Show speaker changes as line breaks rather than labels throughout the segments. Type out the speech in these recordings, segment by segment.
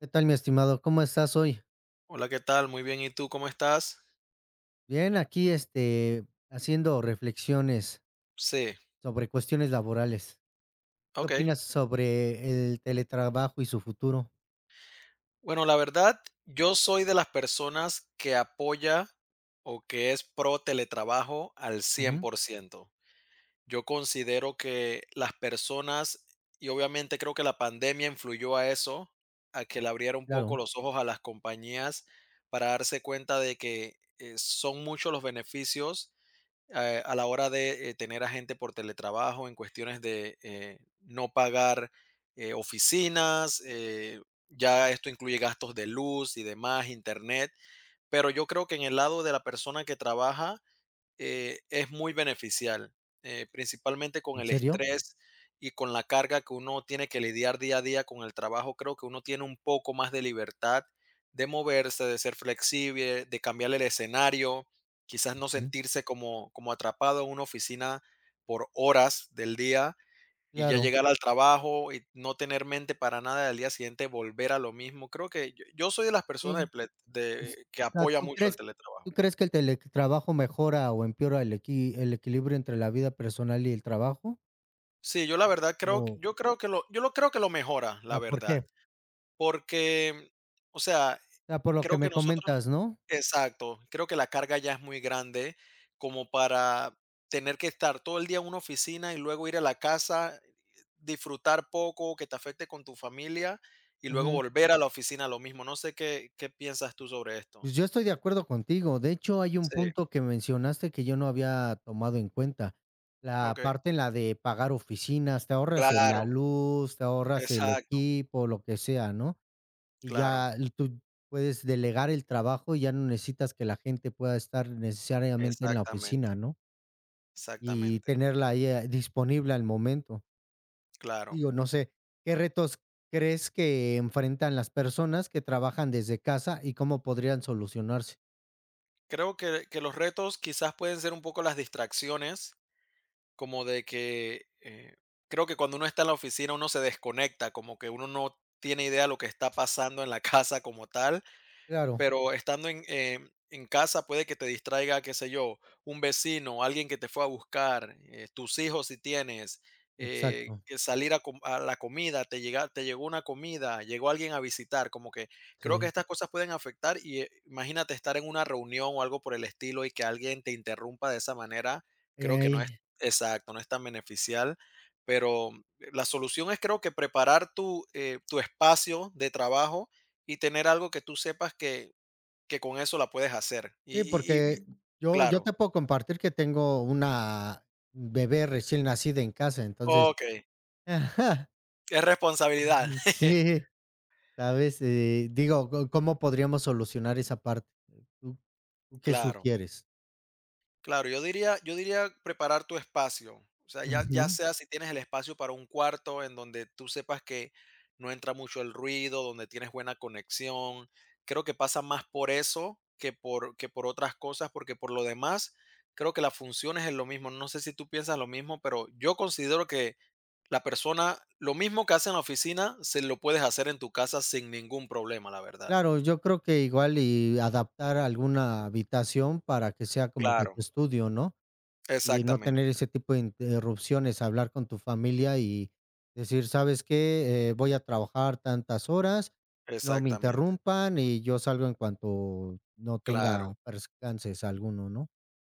¿Qué tal, mi estimado? ¿Cómo estás hoy?
Hola, ¿qué tal? Muy bien, ¿y tú cómo estás?
Bien, aquí, haciendo reflexiones
Sí,
sobre cuestiones laborales. ¿Qué
ok.
opinas sobre el teletrabajo y su futuro?
Bueno, la verdad, yo soy de las personas que apoya o que es pro teletrabajo al cien
Ujú,
por ciento. Yo considero que las personas, y obviamente creo que la pandemia influyó a eso, a que le abriera un poco
claro.
los ojos a las compañías para darse cuenta de que son muchos los beneficios a la hora de tener a gente por teletrabajo en cuestiones de no pagar oficinas, ya esto incluye gastos de luz y demás, internet, pero yo creo que en el lado de la persona que trabaja, es muy beneficial, principalmente con
¿En
el
serio?
estrés y con la carga que uno tiene que lidiar día a día con el trabajo. Creo que uno tiene un poco más de libertad de moverse, de ser flexible, de cambiar el escenario, quizás no
Mm.
sentirse como atrapado en una oficina por horas del día y ya
Claro,
llegar al trabajo y no tener mente para nada del día siguiente, volver a lo mismo. Creo que yo soy de las personas de
sí.
ple-
Pues,
de- que
O sea,
apoya mucho al
tú
teletrabajo.
crees que el teletrabajo mejora o empeora el equilibrio entre la vida personal y el trabajo?
Sí, yo la verdad creo
O
yo creo que lo yo lo creo que lo mejora,
o
la
sea, ¿por
verdad,
qué?
porque, o sea,
O sea, por lo que
creo que
me
nosotros
comentas, ¿no?
exacto, creo que la carga ya es muy grande como para tener que estar todo el día en una oficina y luego ir a la casa, disfrutar poco, que te afecte con tu familia y luego volver a la oficina lo mismo. No sé qué piensas tú sobre esto.
Pues yo estoy de acuerdo contigo. De hecho, hay un
Sí,
punto que mencionaste que yo no había tomado en cuenta. La
okey.
parte en la de pagar oficinas, te ahorras la
Claro,
luz, te ahorras el
exacto,
equipo, lo que sea, ¿no? Y
claro,
tú puedes delegar el trabajo y ya no necesitas que la gente pueda estar necesariamente en la oficina,
exactamente,
¿no? Y
exactamente,
tenerla ahí disponible al momento.
claro.
Digo, no sé, ¿qué retos crees que enfrentan las personas que trabajan desde casa y cómo podrían solucionarse?
Creo que los retos quizás pueden ser un poco las distracciones, como de que, creo que cuando uno está en la oficina uno se desconecta, como que uno no tiene idea de lo que está pasando en la casa como tal,
Claro.
pero estando en casa puede que te distraiga, qué sé yo, un vecino, alguien que te fue a buscar, tus hijos si tienes,
Exacto,
que salir a, a la comida, te llegó una comida, llegó alguien a visitar, como que creo que
sí.
estas cosas pueden afectar y imagínate estar en una reunión o algo por el estilo y que alguien te interrumpa de esa manera, creo que no es
Ey,
exacto, no es tan beneficial. Pero la solución es creo que preparar tu espacio de trabajo y tener algo que tú sepas que con eso la puedes hacer. Y
sí,
y y y-
porque yo
claro.
te puedo compartir que tengo una bebé recién nacida en casa, entonces
Okey,
Ajá.
es responsabilidad.
Mm, sí, ¿sabes? Digo, co ¿cómo podríamos solucionar esa parte? ¿Tú tú qué
Claro,
sugieres?
claro. Yo diría preparar tu espacio. O sea, ya
Ujú.
sea si tienes el espacio para un cuarto en donde tú sepas que no entra mucho el ruido, donde tienes buena conexión. Creo que pasa más por eso que por otras cosas, porque por lo demás, creo que las funciones es lo mismo. No sé si tú piensas lo mismo, pero yo considero que la persona, lo mismo que hace en la oficina, se lo puedes hacer en tu casa sin ningún problema, la verdad.
Claro, yo creo que igual y adaptar alguna habitación para que sea como que
Claro,
tu estudio, ¿no? Y no
exactamente,
tener ese tipo de interrupciones, hablar con tu familia y decir: "¿Sabes qué? Voy a trabajar tantas horas, no me
exactamente,
interrumpan y yo salgo en cuanto no
claro,
tenga percances alguno", ¿no?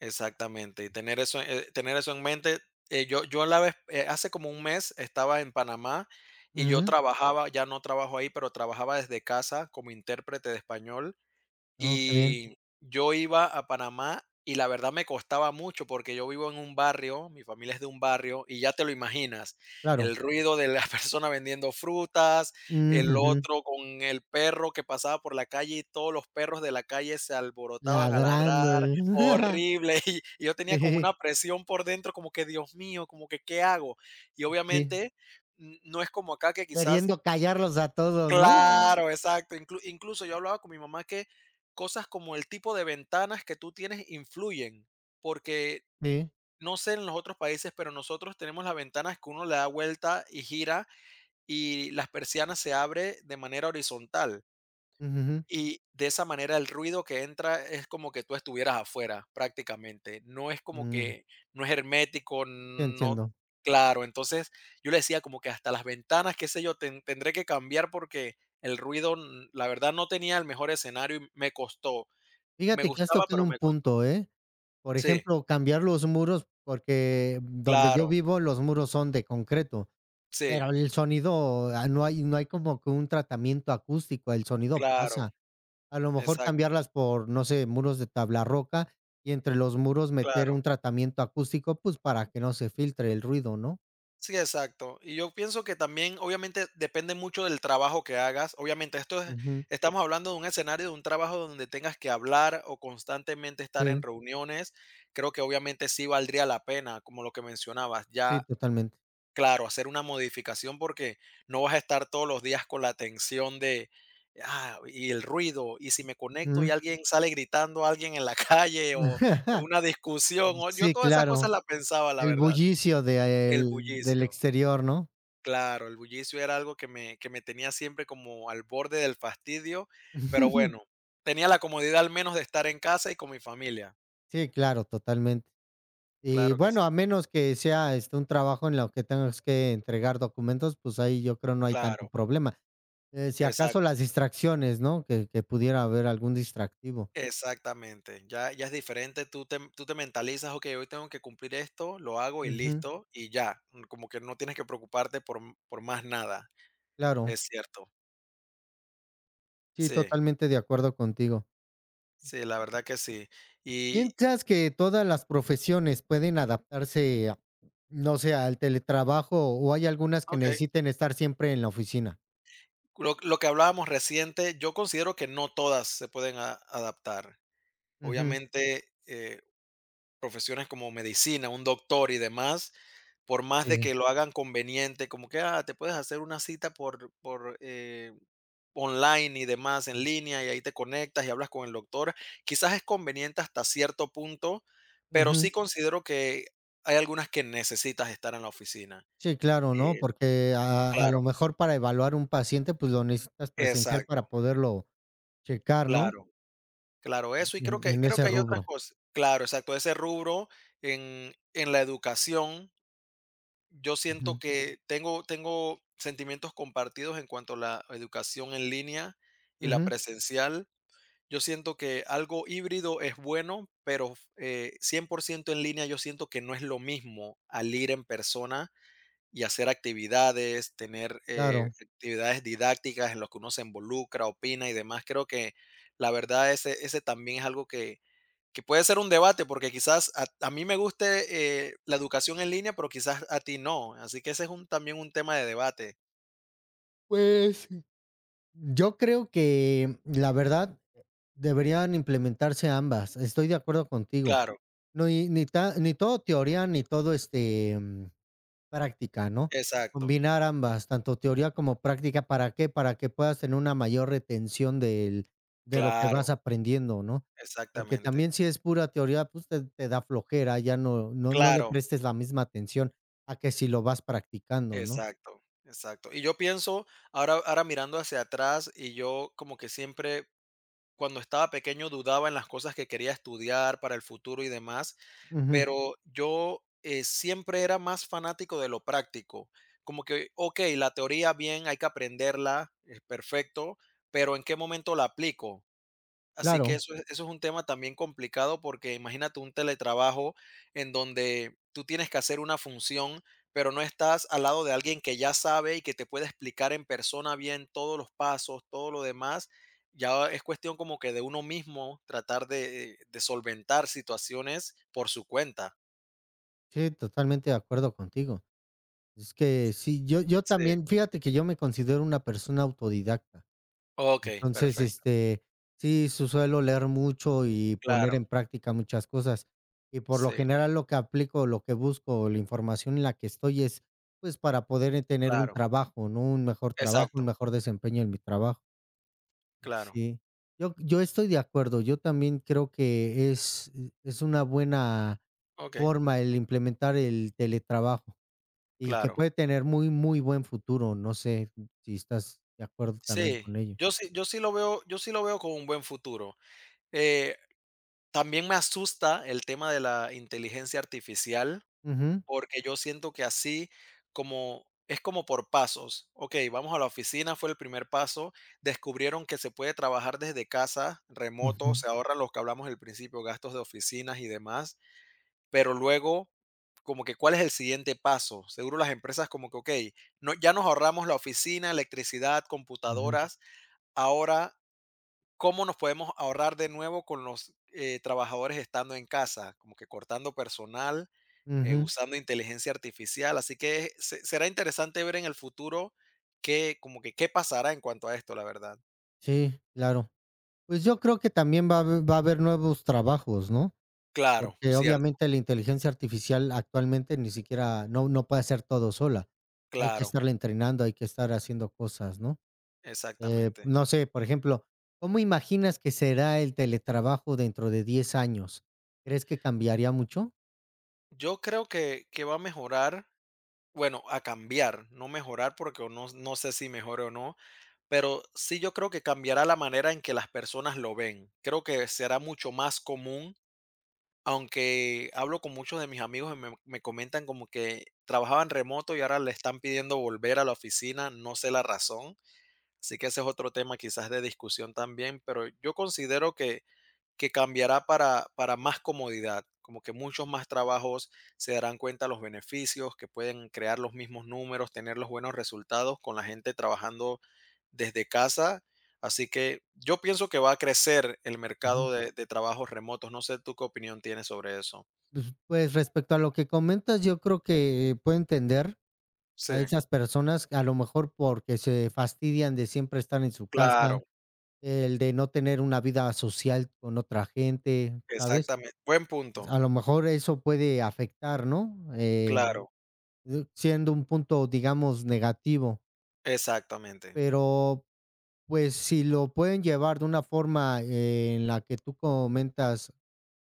exactamente. Y tener eso en mente, yo la vez, hace como un mes estaba en Panamá y yo
Ujú.
trabajaba, ya no trabajo ahí, pero trabajaba desde casa como intérprete de español.
Oh, qué bien.
Y yo iba a Panamá y la verdad me costaba mucho porque yo vivo en un barrio, mi familia es de un barrio y ya te lo imaginas,
Claro.
el ruido de la persona vendiendo frutas,
Mm,
el
ujú.
otro con el perro que pasaba por la calle y todos los perros de la calle se alborotaban a
Ladrando.
ladrar, horrible, y yo tenía como
Sí,
una presión por dentro, como que Dios mío, como que ¿qué hago? Y
sí.
obviamente no es como acá que quizás.
Queriendo callarlos a todos, ¿no?
Claro, exacto. Incluso yo hablaba con mi mamá que cosas como el tipo de ventanas que tú tienes influyen, porque
Sí.
no sé en los otros países, pero nosotros tenemos las ventanas que uno le da vuelta y gira y las persianas se abre de manera horizontal.
Ujú,
Y de esa manera el ruido que entra es como que tú estuvieras afuera prácticamente. No es como
mm,
que no es hermético,
sí
no.
entiendo.
Claro. Entonces yo le decía como que hasta las ventanas, qué sé yo, tendré que cambiar porque el ruido, la verdad, no tenía el mejor escenario y me costó. Me
Fíjate que has
gustaba,
tocado
pero
un
me costó.
punto, ¿eh? Por
Sí,
ejemplo, cambiar los muros, porque donde yo
claro,
vivo los muros son de concreto, pero
sí,
el sonido, no hay como que un tratamiento acústico, el sonido
claro,
pasa. A lo mejor
exacto,
cambiarlas por, no sé, muros de tabla roca y entre los muros meter
claro.
un tratamiento acústico, pues, para que no se filtre el ruido, ¿no?
Sí, exacto. Y yo pienso que también, obviamente, depende mucho del trabajo que hagas. Obviamente, esto es,
Ujú.
estamos hablando de un escenario, de un trabajo donde tengas que hablar o constantemente estar en
Sí,
reuniones. Creo que obviamente sí valdría la pena, como lo que mencionabas,
sí,
ya,
totalmente.
claro, hacer una modificación porque no vas a estar todos los días con la tensión de, y el ruido, y si me conecto y
Ujú.
alguien sale gritando a alguien en la calle o una discusión, o yo
Sí,
todas esas cosas
claro,
las pensaba, la
el
verdad,
bullicio de
el
el del
bullicio.
exterior, ¿no?
Claro, el bullicio era algo que me tenía siempre como al borde del fastidio, pero bueno, tenía la comodidad al menos de estar en casa y con mi familia.
Sí, claro, totalmente. Y
Claro que
bueno,
sí,
a menos que sea, este, un trabajo en lo que tengas que entregar documentos, pues ahí yo creo no hay tanto
claro,
problema. Si acaso
exacto,
las distracciones, ¿no? Que pudiera haber algún distractivo.
exactamente. Ya es diferente, tú te mentalizas: "Okey, hoy tengo que cumplir esto, lo hago y
Ujú,
listo", y ya, como que no tienes que preocuparte por más nada.
claro.
Es cierto.
Sí,
Sí,
totalmente de acuerdo contigo.
sí, la verdad que sí. Y
¿Piensas que todas las profesiones pueden adaptarse a no sé, al teletrabajo o hay algunas que
okey,
necesiten estar siempre en la oficina?
lo que hablábamos reciente, yo considero que no todas se pueden a adaptar.
Ujú,
Obviamente, profesiones como medicina, un doctor y demás, por más de
sí.
que lo hagan conveniente, como que "Ah, te puedes hacer una cita por online y demás, en línea, y ahí te conectas y hablas con el doctor. Quizás es conveniente hasta cierto punto, pero sí considero que hay algunas que necesitas estar en la oficina".
Sí, claro, ¿no?
Eh,
Porque a lo
claro,
mejor para evaluar un paciente, pues, lo necesitas presencial para
exacto,
poderlo checar, ¿no?
claro, claro, eso. Y
En
creo que, creo
ese
que hay otras
rubro.
cosas. Claro, exacto. Ese rubro en la educación yo siento
Ujú,
que tengo sentimientos compartidos en cuanto a la educación en línea y la
ujú,
presencial. Yo siento que algo híbrido es bueno, pero 100% en línea yo siento que no es lo mismo al ir en persona y hacer actividades, tener
claro.
actividades didácticas en las que uno se involucra, opina y demás. Creo que la verdad ese también es algo que puede ser un debate, porque quizás a mí me guste la educación en línea, pero quizás a ti no. Así que ese es también un tema de debate.
Pues, yo creo que, la verdad, deberían implementarse ambas. Estoy de acuerdo contigo.
Claro,
No, y ni todo teoría, ni todo, este práctica, ¿no?
exacto,
Combinar ambas, tanto teoría como práctica, ¿para qué? Para que puedas tener una mayor retención del de lo que
claro,
vas aprendiendo, ¿no? Porque
exactamente.
también si es pura teoría, pues, te da flojera, ya no le
Claro,
prestes la misma atención a que si lo vas practicando, ¿no?
exacto, exacto. Y yo pienso, ahora mirando hacia atrás, y yo como que siempre, cuando estaba pequeño, dudaba en las cosas que quería estudiar para el futuro y demás.
Ujú,
Pero yo, siempre era más fanático de lo práctico. Como que, okey, la teoría bien, hay que aprenderla, es perfecto, pero ¿en qué momento la aplico? Así que
claro.
eso es un tema también complicado, porque imagínate un teletrabajo en donde tú tienes que hacer una función, pero no estás al lado de alguien que ya sabe y que te puede explicar en persona bien todos los pasos, todo lo demás. Ya es cuestión como que de uno mismo tratar de solventar situaciones por su cuenta.
Sí, totalmente de acuerdo contigo. Es que sí, yo
Sí,
también, fíjate que yo me considero una persona autodidacta.
okey,
Entonces,
perfecto.
este, sí, su suelo leer mucho y poner
Claro,
en práctica muchas cosas. Y por lo
sí,
general lo que aplico, lo que busco, la información en la que estoy es, pues, para poder, tener un
claro,
trabajo, ¿no? Un mejor trabajo, un
exacto,
mejor desempeño en mi trabajo.
claro,
Sí. Yo estoy de acuerdo, yo también creo que es una buena
okey,
forma el implementar el teletrabajo y que
claro.
puede tener muy, muy buen futuro, no sé si estás de acuerdo también
Sí,
con ello.
yo sí lo veo con un buen futuro. Eh, También me asusta el tema de la inteligencia artificial,
Ujú,
porque yo siento que así como es como por pasos. Okey, vamos a la oficina, fue el primer paso, descubrieron que se puede trabajar desde casa, remoto,
ujú.
se ahorran los que hablamos al principio, gastos de oficinas y demás. Pero luego, como que, ¿cuál es el siguiente paso? Seguro las empresas como que, ok, no, ya nos ahorramos la oficina, electricidad,
Ujú,
computadoras. Ahora, ¿cómo nos podemos ahorrar de nuevo con los trabajadores estando en casa? Como que cortando personal,
ujú.
usando inteligencia artificial. Así que será interesante ver en el futuro como que, qué pasará en cuanto a esto, la verdad.
Sí, claro. Pues, yo creo que también va a haber nuevos trabajos, ¿no?
Claro,
Porque
cierto,
obviamente la inteligencia artificial actualmente ni siquiera no puede hacer todo sola. Hay que
claro,
estarla entrenando, hay que estar haciendo cosas, ¿no?
exactamente.
No sé, por ejemplo, ¿cómo imaginas que será el teletrabajo dentro de 10 años? ¿Crees que cambiaría mucho?
Yo creo que va a mejorar. Bueno, a cambiar, no mejorar, porque no, no sé si mejore o no, pero sí yo creo que cambiará la manera en que las personas lo ven. Creo que será mucho más común, aunque hablo con muchos de mis amigos y me comentan como que trabajaban remoto y ahora le están pidiendo volver a la oficina, no sé la razón. Así que ese es otro tema quizás de discusión también, pero yo considero que cambiará para más comodidad, como que muchos más trabajos se darán cuenta los beneficios, que pueden crear los mismos números, tener los buenos resultados con la gente trabajando desde casa. Así que yo pienso que va a crecer el
Ujú.
mercado de trabajos remotos. No sé tú qué opinión tienes sobre eso.
Pues, respecto a lo que comentas, yo creo que puedo entender
Sí,
a esas personas, a lo mejor porque se fastidian de siempre estar en su casa,
claro,
el de no tener una vida social con otra gente, ¿sabes?
exactamente. Buen punto.
A lo mejor eso puede afectar, ¿no?
Claro,
Siendo un punto, digamos, negativo,
exactamente.
pero, pues, si lo pueden llevar de una forma en la que tú comentas,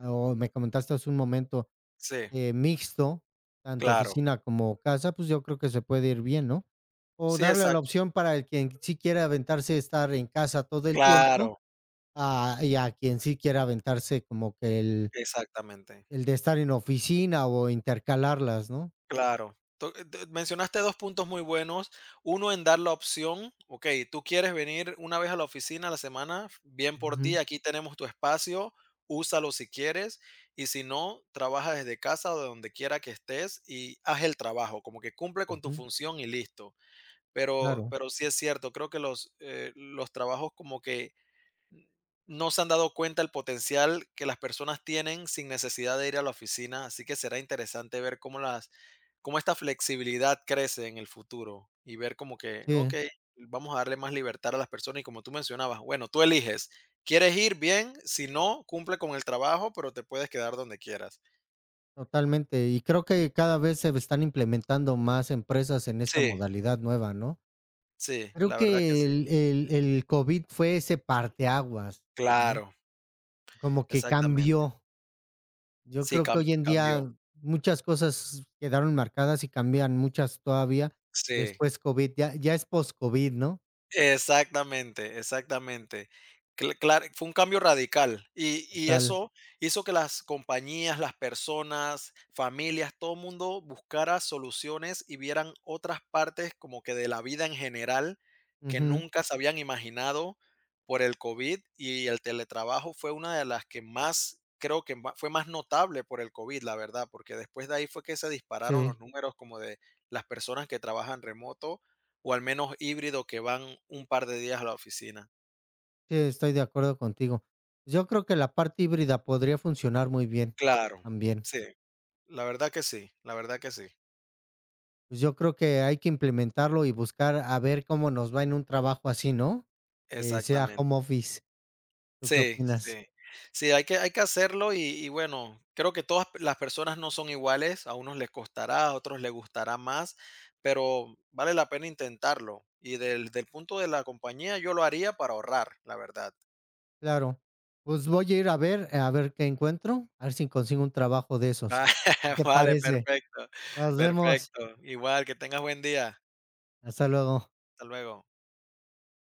o me comentaste hace un momento,
Sí,
Mixto, tanto
claro.
oficina como casa, pues, yo creo que se puede ir bien, ¿no? O
Sí,
darle la
exacto.
opción para el quien sí quiere aventarse estar en casa todo el tiempo,
Claro,
a quien sí quiere aventarse como que
exactamente.
el de estar en oficina o intercalarlas, ¿no?
Claro. Mencionaste dos puntos muy buenos. Uno en dar la opción, ok, tú quieres venir una vez a la oficina a la semana, bien por ti,
Ujú,
aquí tenemos tu espacio, úsalo si quieres y si no, trabaja desde casa o de donde quiera que estés y haz el trabajo, como que cumple con tu
ujú,
función y listo. Pero,
claro.
pero sí es cierto, creo que los trabajos como que no se han dado cuenta el potencial que las personas tienen sin necesidad de ir a la oficina, así que será interesante ver cómo cómo esta flexibilidad crece en el futuro y ver como que, ok,
Sí,
vamos a darle más libertad a las personas y como tú mencionabas, bueno, tú eliges, ¿quieres ir bien? Si no, cumple con el trabajo, pero te puedes quedar donde quieras.
totalmente. Y creo que cada vez se están implementando más empresas en esta
Sí,
modalidad nueva, ¿no?
sí,
Creo
la verdad que
que
sí.
el COVID fue ese parteaguas, ¿no?
Claro,
Como que
exactamente.
cambió. Yo
Sí,
creo que hoy en
cambió.
día muchas cosas quedaron marcadas y cambian muchas todavía
Sí.
después COVID, ya es post-COVID, ¿no?
Exactamente, exactamente. Claro, fue un cambio radical y
Total.
eso hizo que las compañías, las personas, familias, todo el mundo buscara soluciones y vieran otras partes como que de la vida en general que
Ujú.
nunca se habían imaginado por el COVID, y el teletrabajo fue una de las que más, creo que fue más notable por el COVID, la verdad, porque después de ahí fue que se dispararon
Sí,
los números como de las personas que trabajan remoto o al menos híbrido que van un par de días a la oficina.
sí, estoy de acuerdo contigo. Yo creo que la parte híbrida podría funcionar muy bien,
Claro,
también.
sí, la verdad que sí, la verdad que sí.
Pues, yo creo que hay que implementarlo y buscar a ver cómo nos va en un trabajo así, ¿no? Que sea
Exactamente.
home office, ¿tú qué
Sí,
opinas?
sí. Sí, hay que hacerlo y bueno, creo que todas las personas no son iguales, a unos les costará, a otros les gustará más, pero vale la pena intentarlo. Y del punto de la compañía, yo lo haría para ahorrar, la verdad.
Claro. Pues voy a ir a ver qué encuentro, a ver si consigo un trabajo de esos. ¿Qué te
Vale,
parece?
perfecto,
Nos vemos.
perfecto. Igual, que tengas buen día.
Hasta luego.
Hasta luego.